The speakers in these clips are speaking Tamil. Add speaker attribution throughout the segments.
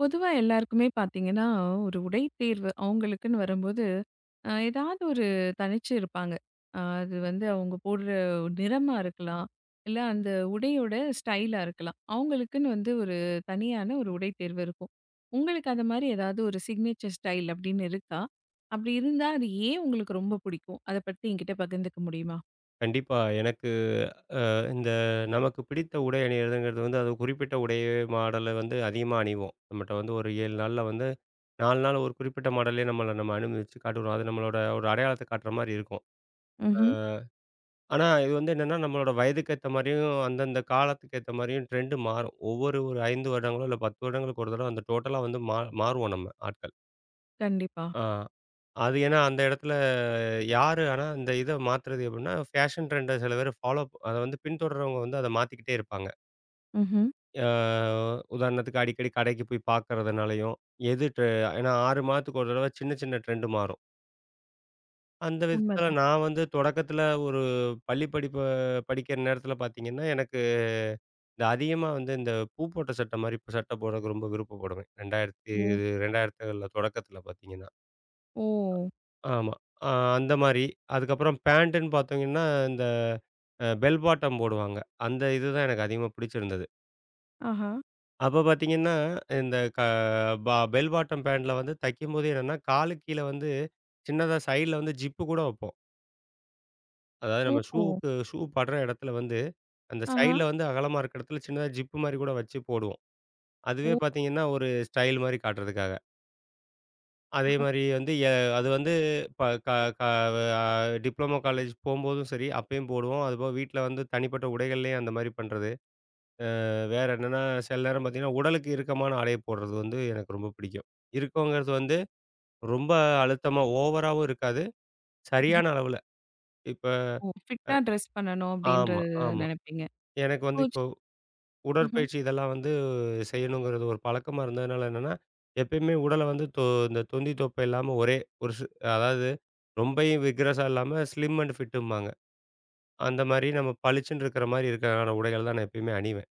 Speaker 1: பொதுவா எல்லாருக்குமே பார்த்தீங்கன்னா, ஒரு உடை தேர்வு அவங்களுக்குன்னு வரும்போது, ஏதாவது ஒரு தனிச்சு இருப்பாங்க. அது வந்து அவங்க போடுற நிறமா இருக்கலாம். இல்ல அந்த உடையோட ஸ்டைலா இருக்கலாம். அவங்களுக்குன்னு வந்து ஒரு தனியான ஒரு உடை தேர்வு இருக்கும். உங்களுக்கு அந்த மாரி ஏதாவது ஒரு சிக்னேச்சர் ஸ்டைல் அப்படின்னு இருக்கா? அப்படி இருந்தா அது ஏன் உங்களுக்கு ரொம்ப பிடிக்கும்? அத பத்தி என்கிட்ட பகிர்ந்துக்க முடியுமா?
Speaker 2: கண்டிப்பா. எனக்கு இந்த நமக்கு பிடித்த உடை அணியிறதுங்கிறது அது குறிப்பிட்ட உடை மாடல அதிகமா அணிவோம். நம்மட்ட ஒரு 7 நாள்ல 4 நாள் ஒரு குறிப்பிட்ட மாடல்லயே நம்ம அனுபவிச்சு காட்டுவோம். அது நம்மளோட ஒரு அடையாளத்த காட்டுற மாரி இருக்கும்.
Speaker 1: ம்ஹ்ம்.
Speaker 2: ஆனா, இது என்னன்னா, நம்மளோட வயதுக்கு ஏத்த மாரியும், அந்தந்த காலத்துக்கு ஏத்த மாரியும் ட்ரெண்ட் மாறும். ஒரு 5 வருடங்களோ, இல்ல 10 வருடங்களுக்கு ஒரு தடவ அந்த டோட்டலா மாறுவோம் நம்ம ஆட்கள்.
Speaker 1: கண்டிப்பா.
Speaker 2: ஆ. அது ஏன்னா அந்த இடத்துல யாரு ஆனா இந்த இத மாத்துறது எப்படின்னா, ஃபேஷன் ட்ரெண்ட சில பேர் அத பின்தொடர்றவங்க அத மாத்திக்கிட்டே இருப்பாங்க.
Speaker 1: ம்ஹ்ம்.
Speaker 2: ஆ உதாரணத்துக்கு அடிக்கடி கடைக்கு போய் பார்க்கறதுனாலயும், எது ட்ரெ ஏன்னா 6 மாதத்துக்கு ஒரு தடவ சின்ன சின்ன ட்ரெண்ட் மாறும். அந்த விதத்துல
Speaker 1: உண்மதான்.
Speaker 2: நான் தொடக்கத்துல ஒரு பள்ளி படிப்ப படிக்கிற நேரத்துல பார்த்தீங்கன்னா, எனக்கு அதிகமா இந்த பூ போட்ட சட்டை மாரி சட்டை போடுறதுக்கு ரொம்ப விருப்பப்படுவேன்.
Speaker 1: ஓ!
Speaker 2: 2000ல தொடக்கத்துல பார்த்தீங்கன்னா.
Speaker 1: ஓ!
Speaker 2: ஆமா. அ அந்த மாரி. அதுக்கப்புறம் பேண்ட்டுன்னு பார்த்தீங்கன்னா, இந்த அ பெல் பாட்டம் போடுவாங்க. இதுதான் எனக்கு அதிகமா பிடிச்சிருந்தது.
Speaker 1: ஆஹா.
Speaker 2: அப்ப பார்த்தீங்கன்னா, இந்த க பா பெல் பாட்டம் பேண்ட்ல தைக்கும்போது என்னன்னா, காலுக்கு கீழ சின்னதா சைடுல ஜிப்பு கூட வைப்போம். அதாவது
Speaker 1: ஓ!
Speaker 2: நம்ம ஷூ படுற இடத்துல அந்த
Speaker 1: ஆஹா.
Speaker 2: சைடுல அகலமா இருக்க இடத்துல சின்னதா ஜிப்பு மாரி கூட வச்சு போடுவோம். அதுவே
Speaker 1: ஓ!
Speaker 2: பார்த்தீங்கன்னா, ஒரு ஸ்டைல் மாரி காட்டுறதுக்காக. அதே மாரி வந்து எ அது வந்து ப க க அ டிப்ளமோ காலேஜ் போம்போதும் சரி, அப்பயும் போடுவோம். அதுபோக வீட்ல தனிப்பட்ட உடைகள்லயும் அந்த மாரி பண்றது. வேற என்னன்னா, சில நேரம் பார்த்தீங்கன்னா, உடலுக்கு இறுக்கமான ஆடைய போடுறது எனக்கு ரொம்ப பிடிக்கும். இறுக்கங்கிறது வந்து ரொம்ப அழுத்தமா ஓவராவும் இருக்காது. சரியான அளவுல. இப்ப
Speaker 1: ஓ! ஃபிட்டா ட்ரெஸ் பண்ணணும்
Speaker 2: ஆமா,
Speaker 1: அப்படின்றது
Speaker 2: ஆமா.
Speaker 1: நெனைப்பீங்க.
Speaker 2: எனக்கு
Speaker 1: ஓ!
Speaker 2: இப்போ
Speaker 1: ம்ஹ்ம்.
Speaker 2: உடற்பயிற்சி இதெல்லாம் செய்யணுங்கிறது ஒரு பழக்கமா இருந்ததுனால என்னன்னா, எப்பயுமே உடல வந்து தொ இந்த தொந்தி தொப்பை இல்லாம ஒரே ஒரு ஸ் அதாவது ரொம்பயும் விக்ரஸா இல்லாம ஸ்லிம் அண்ட் ஃபிட்டும்பாங்க. அந்த மாரி நம்ம பளிச்சுன்னு இருக்கிற மாரி இருக்கிறதான உடைகள் தான் நான் எப்பயுமே அணிவேன்.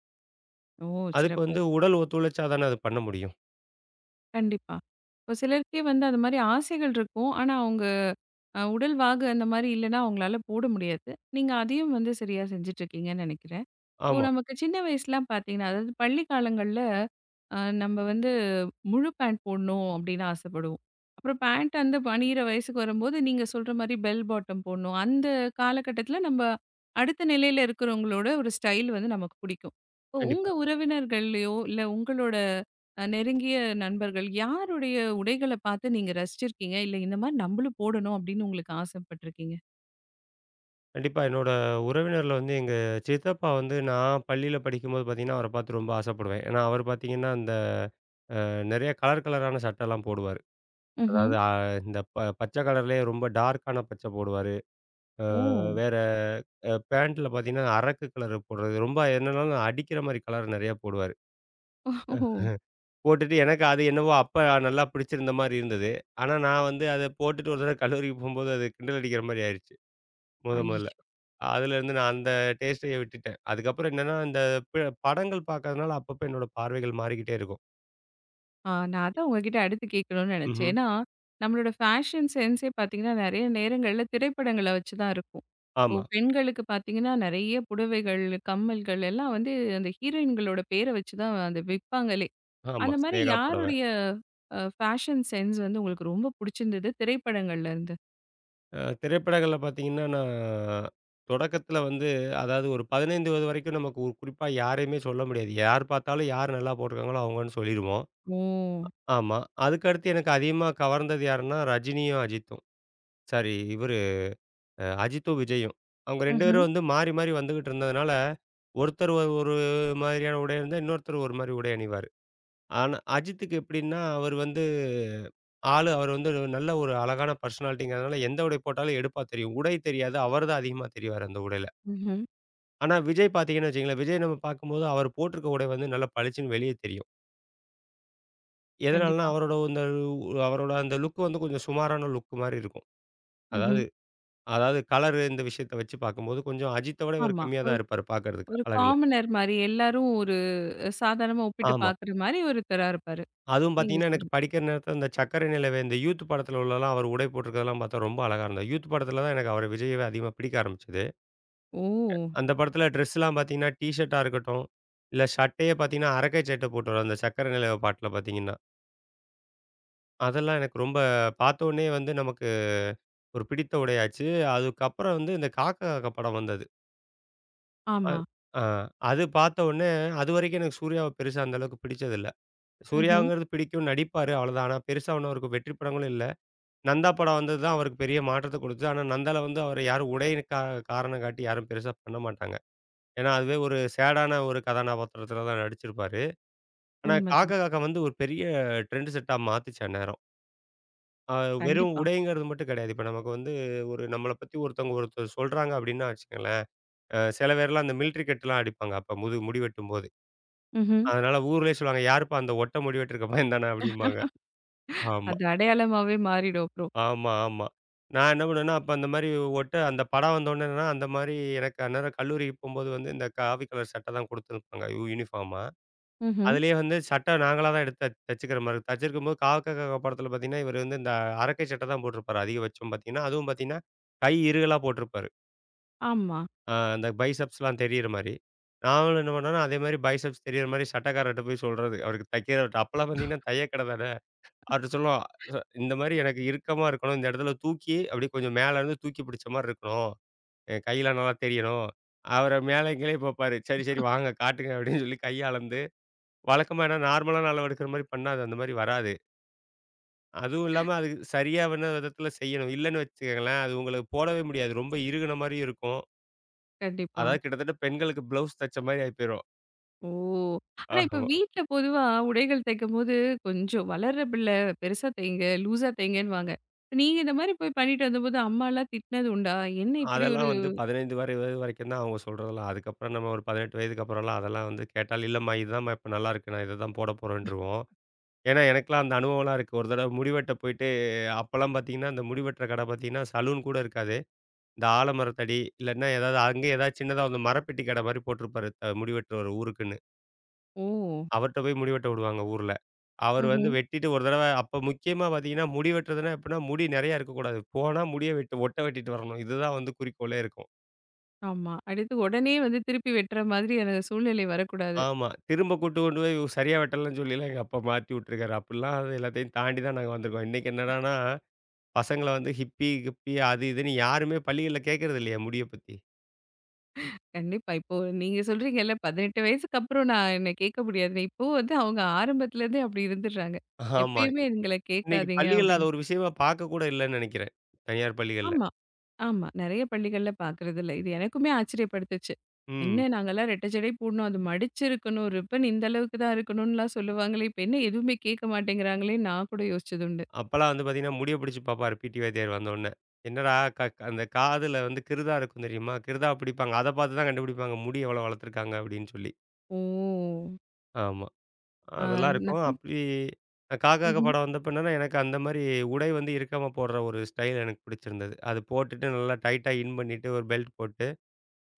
Speaker 1: ஓ!
Speaker 2: அதுக்கு
Speaker 1: சிறப்பு.
Speaker 2: உடல் ஒத்துழைச்சா தானே அது பண்ண முடியும்.
Speaker 1: கண்டிப்பா. இப்போ சிலருக்கே வந்து அது மாரி ஆசைகள் இருக்கும். ஆனா அவங்க உடல் வாகு அந்த மாரி இல்லன்னா அவங்களால போட முடியாது. நீங்க அதையும் வந்து சரியா செஞ்சுட்டு இருக்கீங்கன்னு நெனைக்கிறேன். இப்போ
Speaker 2: ஆமா.
Speaker 1: நமக்கு சின்ன வயசுலாம் பார்த்தீங்கன்னா, அதாவது பள்ளி காலங்கள்ல நம்ம வந்து முழு பேண்ட் போடணும் அப்படின்னு ஆசைப்படுவோம். அப்புறம் பேண்ட் அந்த அணியிற வயசுக்கு வரும்போது, நீங்க சொல்ற மாரி பெல் பாட்டம் போடணும். அந்த காலகட்டத்தில நம்ம அடுத்த நிலையில இருக்கிறவங்களோட ஒரு ஸ்டைல் வந்து நமக்கு பிடிக்கும். இப்போ உங்க
Speaker 2: கண்டிப்பா.
Speaker 1: உறவினர்கள்லயோ, இல்ல உங்களோட நெருங்கிய நண்பர்கள் யாருடைய உடைகள பார்த்து நீங்க ரசிச்சிருக்கீங்க? இல்ல இந்த மாரி நம்மளும் போடணும் அப்படின்னு உங்களுக்கு ஆசைப்பட்டுருக்கீங்க?
Speaker 2: கண்டிப்பா. என்னோட உறவினர்ல வந்து எங்க சித்தப்பா நான் பள்ளியில படிக்கும்போது பார்த்தீங்கன்னா, அவர பார்த்து ரொம்ப ஆசைப்படுவேன். ஏன்னா, அவர் பார்த்தீங்கன்னா, அந்த அ நெறைய கலர் கலரான சட்டைலாம் போடுவாரு.
Speaker 1: ம்ஹ்ம்.
Speaker 2: அதாவது அ இந்த ப பச்சை கலர்லயே ரொம்ப டார்க்கான பச்சை போடுவாரு. அ
Speaker 1: ஓ!
Speaker 2: வேற அ பேண்ட்ல பார்த்தீங்கன்னா, அரக்கு கலர் போடுறது. ரொம்ப என்னன்னாலும் அடிக்கிற மாரி கலர் நெறையா போடுவாரு.
Speaker 1: ஓ!
Speaker 2: போட்டுட்டு எனக்கு அது என்னவோ அப்ப நல்லா பிடிச்சிருந்த மாரி இருந்தது. ஆனா, நான் அத போட்டுட்டு ஒரு தடவ கல்லூரிக்கு போம்போது அது கிண்டல் அடிக்கிற மாரி ஆயிருச்சு.
Speaker 1: ஐ
Speaker 2: முதல்ல. அதுலேருந்து நான் அந்த டேஸ்ட்டையே விட்டுட்டேன். அதுக்கப்புறம் என்னன்னா, இந்த ப படங்கள் பார்க்கறதுனால அப்பப்ப என்னோட பார்வைகள் மாறிக்கிட்டே இருக்கும்.
Speaker 1: ஆ நான் அதான் உங்ககிட்ட அடுத்து கேட்கணும்னு நினைச்சேன்.
Speaker 2: ம்ஹ்ம்.
Speaker 1: ஏன்னா, நம்மளோட ஃபேஷன் சென்ஸே பார்த்தீங்கன்னா, நெறைய நேரங்கள்ல திரைப்படங்கள வச்சு தான் இருக்கும். இப்போ
Speaker 2: ஆமா,
Speaker 1: பெண்களுக்கு பார்த்தீங்கன்னா, நெறைய புடவைகள், கம்மல்கள் எல்லாம் வந்து அந்த ஹீரோயின்களோட பேர வச்சு தான் அந்த விப்பாங்களே!
Speaker 2: ஆமா.
Speaker 1: அந்த மாரி
Speaker 2: சினேகா படம்.
Speaker 1: யாருடைய ஃபேஷன் சென்ஸ் வந்து உங்களுக்கு ரொம்ப புடிச்சிருந்தது திரைப்படங்கள்லேருந்து?
Speaker 2: திரைப்படங்கள்ல பார்த்தீங்கன்னா, நான் தொடக்கத்தில வந்து அதாவது ஒரு 15 வயது வரைக்கும் நமக்கு ஒரு குறிப்பா யாரையுமே சொல்ல முடியாது. யார் பார்த்தாலும் யார் நல்லா போட்டிருக்காங்களோ அவங்கன்னு சொல்லிருவோம்.
Speaker 1: ஓ!
Speaker 2: ஆமா. அதுக்கடுத்து எனக்கு அதிகமா கவர்ந்தது யாருன்னா, ரஜினியும், அஜித்தும். சாரி இவரு அ அஜித்தும், விஜயும். அவங்க 2
Speaker 1: ம்ஹ்ம்,
Speaker 2: பேரும் மாறி, மாறி வந்துகிட்டு இருந்ததுனால, ஒருத்தர் ஒரு மாதிரியான உடை அணிந்தா, இன்னொருத்தர் ஒரு மாரி உடை அணிவாரு. ஆனா, அஜித்துக்கு எப்படின்னா, அவர் ஒரு நல்ல ஒரு அழகான பர்சனாலிட்டிங்கிறதுனால, எந்த உடை போட்டாலும் எடுப்பா தெரியும். உடை தெரியாது. அவர் தான் அதிகமா தெரிவாரு அந்த உடையில.
Speaker 1: ம்ஹ்ம்.
Speaker 2: ஆனா, விஜய் பார்த்தீங்கன்னு வச்சுக்கங்களேன், விஜய் நம்ம பார்க்கும்போது அவர் போட்டிருக்க உடை நல்லா பளிச்சுன்னு வெளிய தெரியும். எதனாலன்னா,
Speaker 1: கண்டிப்பா.
Speaker 2: அவரோட அந்த லுக் கொஞ்சம் சுமாரான லுக் மாரி இருக்கும்.
Speaker 1: ம்ஹ்ம்.
Speaker 2: அதாவது அதாவது கலரு இந்த விஷயத்த வச்சு பார்க்கும்போது கொஞ்சம் அஜித்த விட இவர்
Speaker 1: ஆமா.
Speaker 2: கம்மியா
Speaker 1: ஒரு
Speaker 2: தான் இருப்பாரு பார்க்கறதுக்கு
Speaker 1: ஒரு
Speaker 2: அழகுல.
Speaker 1: காமனர் மாரி எல்லாரும் ஒரு சாதாரணமா ஒப்பிட்டு
Speaker 2: ஆமா.
Speaker 1: பார்க்குற மாரி ஒருத்தரா இருப்பாரு.
Speaker 2: அதுவும்
Speaker 1: நீங்க
Speaker 2: பார்த்தீங்கன்னா, எனக்கு
Speaker 1: சொல்றது.
Speaker 2: படிக்கிற நேரத்தில இந்த சக்கரை நிலவே இந்த யூத் படத்தில உள்ளலாம் அவர் உடை போட்டிருக்கிறதெல்லாம் பார்த்தா ரொம்ப அழகா இருந்தது. யூத் படத்தில தான் எனக்கு அவர விஜயவே அதிகமா பிடிக்க ஆரம்பிச்சது.
Speaker 1: ஓ!
Speaker 2: அந்த படத்தில ட்ரெஸ்லாம் பார்த்தீங்கன்னா, டீ ஷர்ட்டா இருக்கட்டும், இல்ல ஷர்ட்டையே பார்த்தீங்கன்னா, அரக்கை சட்டை போட்டுருவாரு அந்த சக்கரை நிலவே பாட்டுல பார்த்தீங்கன்னா. அதெல்லாம் எனக்கு ரொம்ப பார்த்தோனே வந்து நமக்கு ஒரு பிடித்த உடையாச்சு. அதுக்கப்புறம் இந்த காக்கா காக்கா படம் வந்தது. அ
Speaker 1: ஆமா.
Speaker 2: ஆ அது பார்த்தோனே அதுவரைக்கும் எனக்கு சூர்யாவ பெருசா அந்த அளவுக்கு பிடிச்சதில்ல.
Speaker 1: ம்ஹ்ம்.
Speaker 2: சூர்யாங்கிறது பிடிக்கும், நடிப்பாரு அவ்வளோதான். ஆனா பெருசா ஒண்ணும் அவருக்கு வெற்றி படங்களும் இல்ல. நந்தா படம் வந்தது தான் அவருக்கு பெரிய மாற்றத்த குடுத்தது. ஆனா நந்தால அவர யாரும் உடையின் கா காரணம் காட்டி யாரும் பெருசா பண்ண மாட்டாங்க. ஏன்னா அதுவே ஒரு சேடான ஒரு கதாநாபாத்திரத்தில தான் நடிச்சிருப்பாரு. ஆனா காக்கா
Speaker 1: உண்மதான்.
Speaker 2: காக்கா ஒரு பெரிய ட்ரெண்ட் செட்டா மாத்துச்சு அந்நேரம். அ வெறும்
Speaker 1: கண்டிப்பா.
Speaker 2: உடைங்கிறது மட்டும் கிடையாது. இப்ப நமக்கு வந்து ஒரு நம்மள பத்தி ஒருத்தர் சொல்றாங்க அப்டின்னா வச்சுக்கங்களேன், சில பேர்லாம் அந்த மிலிட்ரி கட்லாம் அடிப்பாங்க. அப்ப முடி வெட்டும்போது.
Speaker 1: ம்ஹ்ம்.
Speaker 2: அதனால ஊர்லயே சொல்லுவாங்க, "யாருப்பா அந்த ஒட்ட முடி வெட்டிருக்க பையன் தானே" அப்டிம்பாங்க. ஆமா,
Speaker 1: அது அடையாளமாவே மாறிடும் அப்புறம்.
Speaker 2: ஆமா. நான் என்ன பண்ணுவேன்னா, அப்ப அந்த மாரி அந்த படம் வந்தோனே என்னன்னா, அந்த மாரி எனக்கு அந்நேரம் கல்லூரிக்கு போம்போது இந்த காவி கலர் சட்ட தான் குடுத்துருப்பாங்க யூனிஃபார்மா.
Speaker 1: ம்ஹ்ம்.
Speaker 2: அதிலேயே சட்டை நாங்களா தான் எடுத்து தச்சுக்கிற மாரி இருக்கும். தச்சிருக்கும்போது காக்கா காக்கா படத்துல பார்த்தீங்கன்னா, இவரு வந்து இந்த அரக்கை சட்டை தான் போட்டிருப்பாரு அதிகபட்சம் பார்த்தீங்கன்னா. அதுவும் பார்த்தீங்கன்னா, கை இறுகலா போட்டிருப்பாரு.
Speaker 1: ஆமா.
Speaker 2: அந்த பைசெப்ஸ்லாம் தெரியிற மாரி. நாங்களும் என்ன பண்ணோம்னா, அதே மாரி பைசெப்ஸ் தெரியிற மாரி சட்டைக்காரர்ட்ட போய் சொல்றது. அவருக்கு தைக்கிறவர்ட்ட அப்பலாம் பார்த்தீங்கன்னா, தையல் கடை தானே. அவர்ட்ட சொல்லுவோம். "ச "இந்த மாரி எனக்கு இறுக்கமா இருக்கணும். இந்த இடத்துல தூக்கி அப்படியே கொஞ்சம் மேல இருந்து தூக்கி பிடிச்ச மாரி இருக்கணும். என் கையெல்லாம் நல்லா தெரியணும்." அவரு மேலயும் கீழயும் பார்ப்பாரு. "சரி, சரி வாங்க காட்டுங்க." அப்படின்னு சொல்லி கைய அளந்து வழக்கமா ஏன்னா நார்மலான அளவு எடுக்கிற மாரி பண்ணா, அது அந்த மாரி வராது. அதுவும் இல்லாம அது சரியான விதத்தில செய்யணும். இல்லன்னு வச்சுக்கங்களேன், அது உங்களுக்கு போடவே முடியாது. ரொம்ப இறுகுன மாரியும் இருக்கும்.
Speaker 1: கண்டிப்பா.
Speaker 2: அதாவது கிட்டத்தட்ட பெண்களுக்கு பிளவுஸ் தச்ச மாரி ஆயி போயிரும்.
Speaker 1: ஓ! ஆனா இப்ப
Speaker 2: ஆமா.
Speaker 1: வீட்ல பொதுவா உடைகள் தைக்கும்போது கொஞ்சம் வளர்ற பிள்ளை பெருசா தைங்க, லூஸா தைங்கன்னுவாங்க. நீங்க இந்த மாரி போய் பண்ணிட்டு வந்தபோது அம்மாலாம் திட்டினது உண்டா? என்ன இப்படி ஒரு
Speaker 2: அதெல்லாம் 15 வரை வயது வரைக்கும் தான் அவங்க சொல்றதெல்லாம். அதுக்கப்புறம் நம்ம ஒரு 18 வயதுக்கு அப்புறம்லாம் அதெல்லாம் கேட்டால், இல்லம்மா இதுதாம்மா இப்ப நல்லாருக்கு. நான் இத தான் போட போறேன்ருவோம். ஏன்னா எனக்கெல்லாம் அந்த அனுபவம்லாம் இருக்கு. ஒரு தடவ முடி வெட்ட போயிட்டு, அப்பலாம் பார்த்தீங்கன்னா, அந்த முடி வெட்டுற கடை பார்த்தீங்கன்னா, சலூன் கூட இருக்காது. இந்த ஆலமரத்தடி இல்லன்னா ஏதாவது அங்கே ஏதாவது சின்னதா மரப்பெட்டி கடை மாரி போட்டிருப்பாரு முடிவெட்டுறவரு ஊருக்குன்னு.
Speaker 1: ஓ!
Speaker 2: அவர்ட்ட போய் முடி வெட்ட விடுவாங்க ஊர்ல. அவர்
Speaker 1: ம்ஹ்ம்.
Speaker 2: வெட்டிட்டு ஒரு தடவ அப்ப முக்கியமா பார்த்தீங்கன்னா, முடி வெட்டுறதுன்னா எப்படின்னா முடி நெறைய இருக்கக்கூடாது. போனா முடிய வெட்டு ஒட்ட வெட்டிட்டு வரணும். இதுதான் குறிக்கோளே இருக்கும்.
Speaker 1: ஆமா. அடுத்து உடனே வந்து திருப்பி வெட்டுற மாதிரியான சூழ்நிலை வரக்கூடாது.
Speaker 2: ஆமா. திரும்ப கூட்டு கொண்டு போய் இவ சரியா வெட்டலன்னு சொல்லிலாம் எங்க அப்பா மாட்டி விட்டுருக்காரு. அப்படிலாம் அது எல்லாத்தையும் தாண்டி தான் நாங்க வந்திருக்கோம். இன்னைக்கு என்னடான்னா, பசங்கள ஹிப்பி, கிப்பி அது இதுன்னு யாருமே பள்ளிகள்ல கேட்கறது இல்லையா முடிய பத்தி.
Speaker 1: கண்டிப்பா. இப்போ நீங்க சொல்றீங்கல்ல 18 வயசுக்கு அப்புறம் நான் என்ன கேட்க முடியாதுன்னு. இப்போ வந்து அவங்க ஆரம்பத்துல இருந்தே அப்படி இருந்துடுறாங்க.
Speaker 2: ஆமா.
Speaker 1: எப்பயுமே எங்கள
Speaker 2: இன்னைக்கு
Speaker 1: கேட்காதீங்க
Speaker 2: பள்ளிகள்ல அத
Speaker 1: அப்படின்னு.
Speaker 2: ஒரு விஷயமா பார்க்கக்கூட இல்லன்னு நெனைக்கிறேன். தனியார் பள்ளிகள்ல.
Speaker 1: ஆமா, ஆமா. நெறைய பள்ளிகள்ல பார்க்கறது இல்ல. இது எனக்குமே ஆச்சரியப்படுத்துச்சு.
Speaker 2: ம்.
Speaker 1: என்ன நாங்கலாம் ரெட்டை ஜடை போடணும். அது மடிச்சிருக்கணும். ரிப்பன் இந்த அளவுக்கு தான் இருக்கணும்னுலாம் சொல்லுவாங்களே. இப்ப என்ன எதுவுமே கேட்க மாட்டேங்கிறாங்களே நான் கூட யோசிச்சது உண்டு.
Speaker 2: அப்பலாம் பார்த்தீங்கன்னா, முடிய பிடிச்சு பார்ப்பாரு பிடி வாத்தியார் வந்தோன்னே. என்னடா க அந்த காதுல கிருதா இருக்கும் தெரியுமா? கிருதா பிடிப்பாங்க. அத பார்த்து தான் கண்டுபிடிப்பாங்க. முடி எவ்வளோ வளர்த்துருக்காங்க அப்படின்னு சொல்லி.
Speaker 1: ஓ!
Speaker 2: ஆமா.
Speaker 1: ஆ
Speaker 2: அதெல்லாம்
Speaker 1: நான்
Speaker 2: இருக்கும். கா கா கா
Speaker 1: ம்ஹ்ம்.
Speaker 2: படம் வந்தப்ப என்னன்னா, எனக்கு அந்த மாரி உடை இறுக்கமா போடுற ஒரு ஸ்டைல் எனக்கு பிடிச்சிருந்தது. அது போட்டுட்டு நல்லா டைட்டா இன் பண்ணிட்டு ஒரு பெல்ட் போட்டு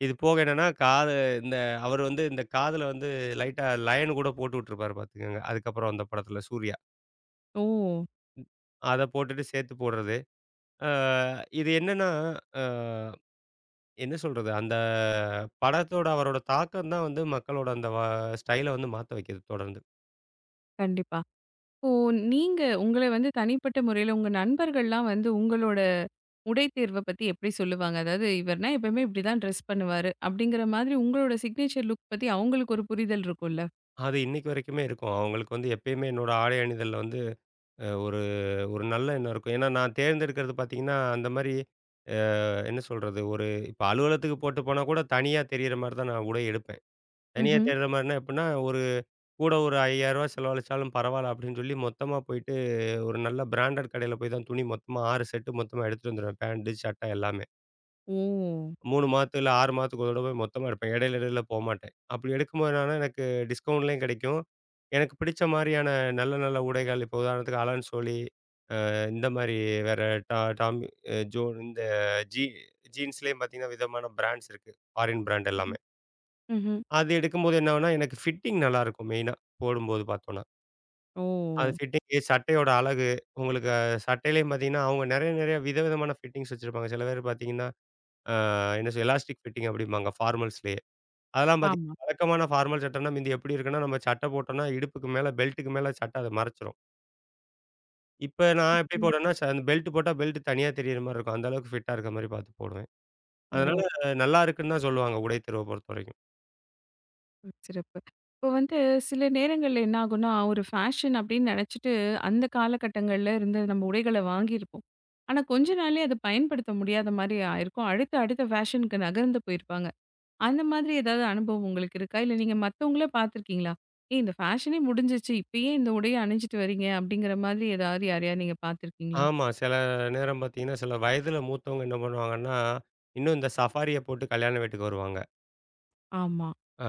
Speaker 2: இது போக என்னன்னா, காது இந்த அவரு வந்து இந்த காதுல லைட்டா லயன் கூட போட்டு விட்டுருப்பாரு பார்த்துக்கங்க. அதுக்கப்புறம் அந்த படத்துல சூர்யா.
Speaker 1: ஓ!
Speaker 2: அத போட்டுட்டு சேர்த்து போடுறது. ஆ இது என்னன்னா, ஆ என்ன சொல்றது? அந்த படத்தோட அவரோட தாக்கம் தான் மக்களோட அந்த ஸ்டைல மாத்த வைக்குது தொடர்ந்து.
Speaker 1: கண்டிப்பா. இப்போ நீங்க உங்கள வந்து தனிப்பட்ட முறையில உங்க நண்பர்கள்லாம் வந்து உங்களோட உடை தேர்வ பத்தி எப்படி சொல்லுவாங்க? அதாவது இவர்னா எப்பயுமே இப்படிதான் ட்ரெஸ் பண்ணுவாரு. அப்படிங்கிற மாதிரி உங்களோட சிக்னேச்சர் லுக் பத்தி அவங்களுக்கு ஒரு புரிதல் இருக்கும்ல?
Speaker 2: அது இன்னைக்கு வரைக்குமே இருக்கும். அவங்களுக்கு எப்பயுமே என்னோட ஆடை அணிதல்ல வந்து அ ஒரு ஒரு நல்ல எண்ணம் இருக்கும். ஏன்னா நான் தேர்ந்தெடுக்கிறது பார்த்தீங்கன்னா, அந்த மாரி என்ன சொல்றது? இப்ப அலுவலகத்துக்கு போட்டு போனா கூட தனியா தெரியிற மாரி தான் நான் உடை எடுப்பேன். தனியா
Speaker 1: ம்ஹ்ம்.
Speaker 2: தேடுற மாரினா எப்புட்ன்னா, ஒரு ரூ. 5,000 செலவழிச்சாலும் பரவால்ல அப்டின்னு சொல்லி மொத்தமா போயிட்டு, ஒரு நல்ல பிராண்டட் கடையில போய் தான் துணி மொத்தமா 6 செட்டு மொத்தமா எடுத்துட்டு வந்துருவேன். பேண்ட், சட்டை எல்லாமே.
Speaker 1: ஓ!
Speaker 2: 3 மாதத்துக்கு இல்ல 6 மாதத்துக்கு ஒரு தடவ போய் மொத்தமா எடுப்பேன். இடையில இடையில போமாட்டேன். அப்டி எடுக்கும்போது என்னன்னா, எனக்கு டிஸ்கவுண்ட்லயும் கிடைக்கும். எனக்கு பிடிச்ச மாரியான நல்ல நல்ல உடைகள், இப்போ உதாரணத்துக்கு அலன் சோலி, அ இந்த மாரி வேற டா டாமி அ ஜோன் இந்த ஜீ ஜீன்ஸ்லயும் பார்த்தீங்கன்னா, விதமான பிராண்ட்ஸ் இருக்கு. ஃபாரின் பிராண்ட்
Speaker 1: ம்ஹ்ம்.
Speaker 2: எல்லாமே.
Speaker 1: ம்ஹ்ம்.
Speaker 2: அது எடுக்கும்போது என்ன ஆகும்னா, எனக்கு ஃபிட்டிங் நல்லாருக்கும் மெயினா, போடும்போது பார்த்தோம்னா.
Speaker 1: ஓ!
Speaker 2: அது ஃபிட்டிங்கு, சட்டையோட அழகு, உங்களுக்கு சட்டையிலயும் பார்த்தீங்கன்னா, அவங்க நெறைய நெறைய விதவிதமான ஃபிட்டிங்ஸ் வச்சிருப்பாங்க. சில பேர் பார்த்தீங்கன்னா, அ என்ன சொல் எலாஸ்டிக் ஃபிட்டிங் அப்படிம்பாங்க ஃபார்மல்ஸ்லயே. அதெல்லாம் பார்த்தீங்கன்னா,
Speaker 1: ஆமா.
Speaker 2: வழக்கமான ஃபார்மல் சட்டைன்னா மிந்தி எப்படி இருக்குன்னா, நம்ம சட்டை போட்டோம்னா, இடுப்புக்கு மேல பெல்ட்டுக்கு மேல சட்டை அத மறைச்சிரும். இப்ப நான் எப்படி
Speaker 1: ம்.
Speaker 2: போடுவேன்னா, அந்த பெல்ட் போட்டா பெல்ட் தனியா தெரியிற மாரி இருக்கும். அந்த அளவுக்கு ஃபிட்டா இருக்க மாரி பார்த்து போடுவேன். அதனால
Speaker 1: ஓ!
Speaker 2: நல்லா இருக்குன்னு தான் சொல்லுவாங்க, உடை தேர்வ பொறுத்தவரைக்கும்.
Speaker 1: சிறப்பு. இப்போ வந்து சில நேரங்கள்ல என்ன ஆகும்னா, ஒரு ஃபேஷன் அப்படின்னு நெனைச்சிட்டு அந்த காலகட்டங்கள்ல இருந்து நம்ம உடைகள வாங்கியிருப்போம். ஆனா கொஞ்ச நாள்லயே அத பயன்படுத்த முடியாத மாரி ஆயிருக்கும். அடுத்த அடுத்த ஃபேஷனுக்கு நகர்ந்து போயிருப்பாங்க. அந்த மாதிரி ஏதாவது அனுபவம் உங்களுக்கு இருக்கா? இல்ல நீங்க மத்தவங்கள பார்த்துருக்கீங்களா? "ஏய் இந்த ஃபேஷனே முடிஞ்சிருச்சு. இப்ப ஏன் இந்த உடைய அணிஞ்சிட்டு வரீங்க?" அப்படிங்கிற மாதிரி ஏதாவது யாரையாவது நீங்க பார்த்துருக்கீங்களா?
Speaker 2: ஆமா. சில நேரம் பார்த்தீங்கன்னா, சில வயதில மூத்தவங்க என்ன பண்ணுவாங்கன்னா, இன்னும் இந்த சஃபாரிய போட்டு கல்யாண வீட்டுக்கு வருவாங்க.
Speaker 1: ஆமா.
Speaker 2: அ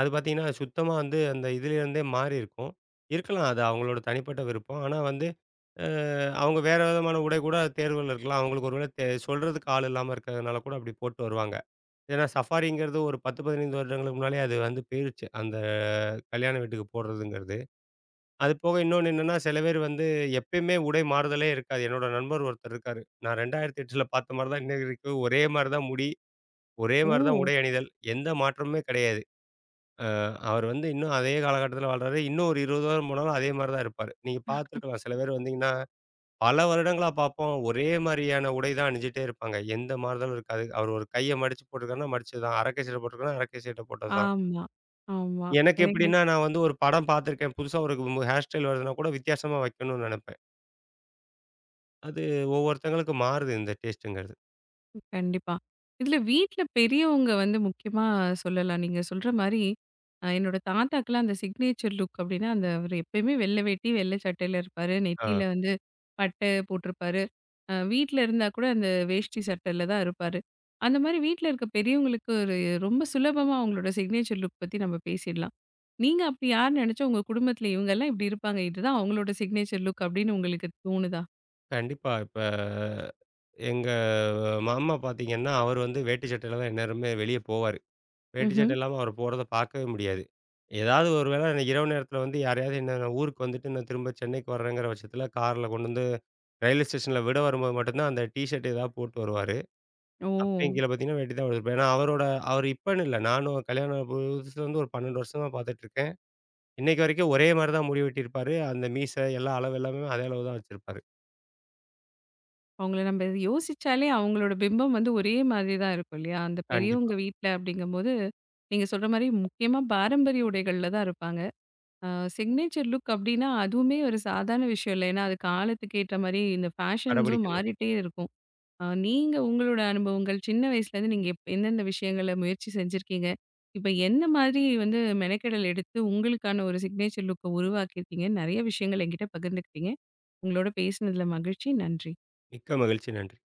Speaker 2: அது பார்த்தீங்கன்னா, சுத்தமா அந்த இதுலேருந்தே மாறி இருக்கும். இருக்கலாம் அது அவங்களோட தனிப்பட்ட விருப்பம். ஆனா வந்து அ அவங்க வேற விதமான உடை கூட தேர்வுல இருக்கலாம். அவங்களுக்கு ஒரு வேளை சொல்றதுக்கு ஆள் இல்லாம இருக்கிறதுனால கூட அப்படி போட்டு வருவாங்க. ஏன்னா சஃபாரிங்கிறது ஒரு 10, 15 வருடங்களுக்கு முன்னாலயே அது போயிருச்சு. அந்த கல்யாண வீட்டுக்கு போடுறதுங்கிறது. அது போக இன்னொன்னு என்னன்னா, சில பேர் எப்பயுமே உடை மாறுதலே இருக்காது. என்னோட நண்பர் ஒருத்தர் இருக்காரு. நான் 2008ல பார்த்த மாரி தான் இன்ன வரைக்கும் ஒரே மாரி தான் முடி, ஒரே மாரி தான்
Speaker 1: ஓ!
Speaker 2: உடை அணிதல். எந்த மாற்றமுமே கிடையாது. அ அவர் இன்னும் அதே காலகட்டத்தில வாழ்றாரு. இன்னும் ஒரு 20 வருடம் போனாலும் அதே மாரி தான் இருப்பாரு. நீங்க பார்த்துருக்கலாம். சில பேர் வந்தீங்கன்னா, பல வருடங்களா பார்ப்போம். ஒரே மாரியான உடை தான் அணிஞ்சுட்டே இருப்பாங்க. எந்த மாறுதலும் இருக்காது. அவர் ஒரு கைய மடிச்சு போட்டிருக்காருன்னா மடிச்சது தான். அரக்கை சட்டை போட்டிருக்காருன்னா, அரக்கை சட்டை போட்டது தான்.
Speaker 1: ஆமா, ஆமா.
Speaker 2: எனக்கு
Speaker 1: எனக்கு
Speaker 2: எப்படின்னா, நான் ஒரு படம் பார்த்துருக்கேன். புதுசா ஒரு ஹேர் ஸ்டைல் வருதுன்னா கூட வித்தியாசமா வைக்கணும்னு நினைப்பேன். அது ஒவ்வொருத்தங்களுக்கு மாறுது இந்த டேஸ்ட்டுங்கிறது.
Speaker 1: கண்டிப்பா. இதுல வீட்ல பெரியவங்க வந்து முக்கியமா சொல்லலாம். நீங்க சொல்ற மாரி என்னோட தாத்தாக்கெல்லாம் அந்த சிக்னேச்சர் லுக் அப்படின்னா, அந்த அவரு எப்பயுமே வெள்ள வேட்டி, வெள்ள சட்டையில இருப்பாரு.
Speaker 2: ஆ
Speaker 1: நெத்தியில வந்து பட்டை போட்டிருப்பாரு. வீட்ல இருந்தா கூட அந்த வேஷ்டி சட்டையில தான் இருப்பாரு. அந்த மாரி வீட்ல இருக்க பெரியவங்களுக்கு ஒரு ரொம்ப சுலபமா அவங்களோட சிக்னேச்சர் லுக் பத்தி நம்ம பேசிடலாம். நீங்க அப்படி யார் நெனச்சு உங்க குடும்பத்துல இவங்கலாம் இப்படி இருப்பாங்க. இதுதான் அவங்களோட சிக்னேச்சர் லுக் அப்படின்னு உங்களுக்கு தோணுதா?
Speaker 2: கண்டிப்பா. இப்ப எங்க மாமா பார்த்தீங்கன்னா, அவர் வேட்டி சட்டையில தான் எந்நேரமே வெளிய போவாரு. வேட்டி
Speaker 1: ம்ஹ்ம்.
Speaker 2: சட்டை இல்லாம அவர் போறத பார்க்கவே முடியாது. ஏதாவது ஒரு வேளை இரவு நேரத்தில யாரையாவது நான் ஊருக்கு வந்துட்டு நான் திரும்ப சென்னைக்கு வர்றேங்கிற பட்சத்தில கார்ல கொண்டு வந்து ரயில்வே ஸ்டேஷன்ல விட வரும்போது மட்டும் தான் அந்த டீ ஷர்ட் ஏதாவது போட்டு வருவாரு.
Speaker 1: ஓ!
Speaker 2: அப்பயும் கீழ பார்த்தீங்கன்னா, வேட்டி தான் போட்டுருப்பாரு. ஏன்னா அவர் இப்பன்னு இல்ல. நானும் கல்யாணம் புதுசுல இருந்து ஒரு 12 வருஷமா பார்த்துட்டுருக்கேன். இன்னைக்கு வரைக்கும் ஒரே மாரி தான் முடி வெட்டியிருப்பாரு. அந்த மீசை எல்லா அளவு எல்லாமே அதே அளவு தான் வச்சிருப்பாரு.
Speaker 1: அவங்கள நம்ம யோசிச்சாலே அவங்களோட பிம்பம் வந்து ஒரே மாதிரி தான் இருக்கும் இல்லையா? அந்த
Speaker 2: கண்டிப்பா.
Speaker 1: பெரியவங்க வீட்ல அப்படிங்கும்போது, நீங்க சொல்ற மாரி முக்கியமா பாரம்பரிய உடைகள்ல தான் இருப்பாங்க. அ சிக்னேச்சர் லுக் அப்டின்னா, அதுவுமே ஒரு சாதாரண விஷயம் இல்ல. ஏன்னா, அது காலத்துக்கு ஏற்ற மாரி இந்த ஃபேஷன்ஸும்
Speaker 2: கடைபிடிக்கணும்.
Speaker 1: மாறிட்டே இருக்கும். நீங்க உங்களோட அனுபவங்கள் சின்ன வயசுலேருந்து நீங்க எந்தெந்த விஷயங்கள முயற்சி செஞ்சிருக்கீங்க? இப்ப என்ன மாதிரி வந்து மெனக்கெடல் எடுத்து உங்களுக்கான ஒரு சிக்னேச்சர் லுக்க உருவாக்கியிருக்கீங்க? நெறைய விஷயங்கள் என்கிட்ட பகிர்ந்துக்கிட்டீங்க. உங்களோட பேசினதுல மகிழ்ச்சி. நன்றி.
Speaker 2: மிக்க மகிழ்ச்சி. நன்றி.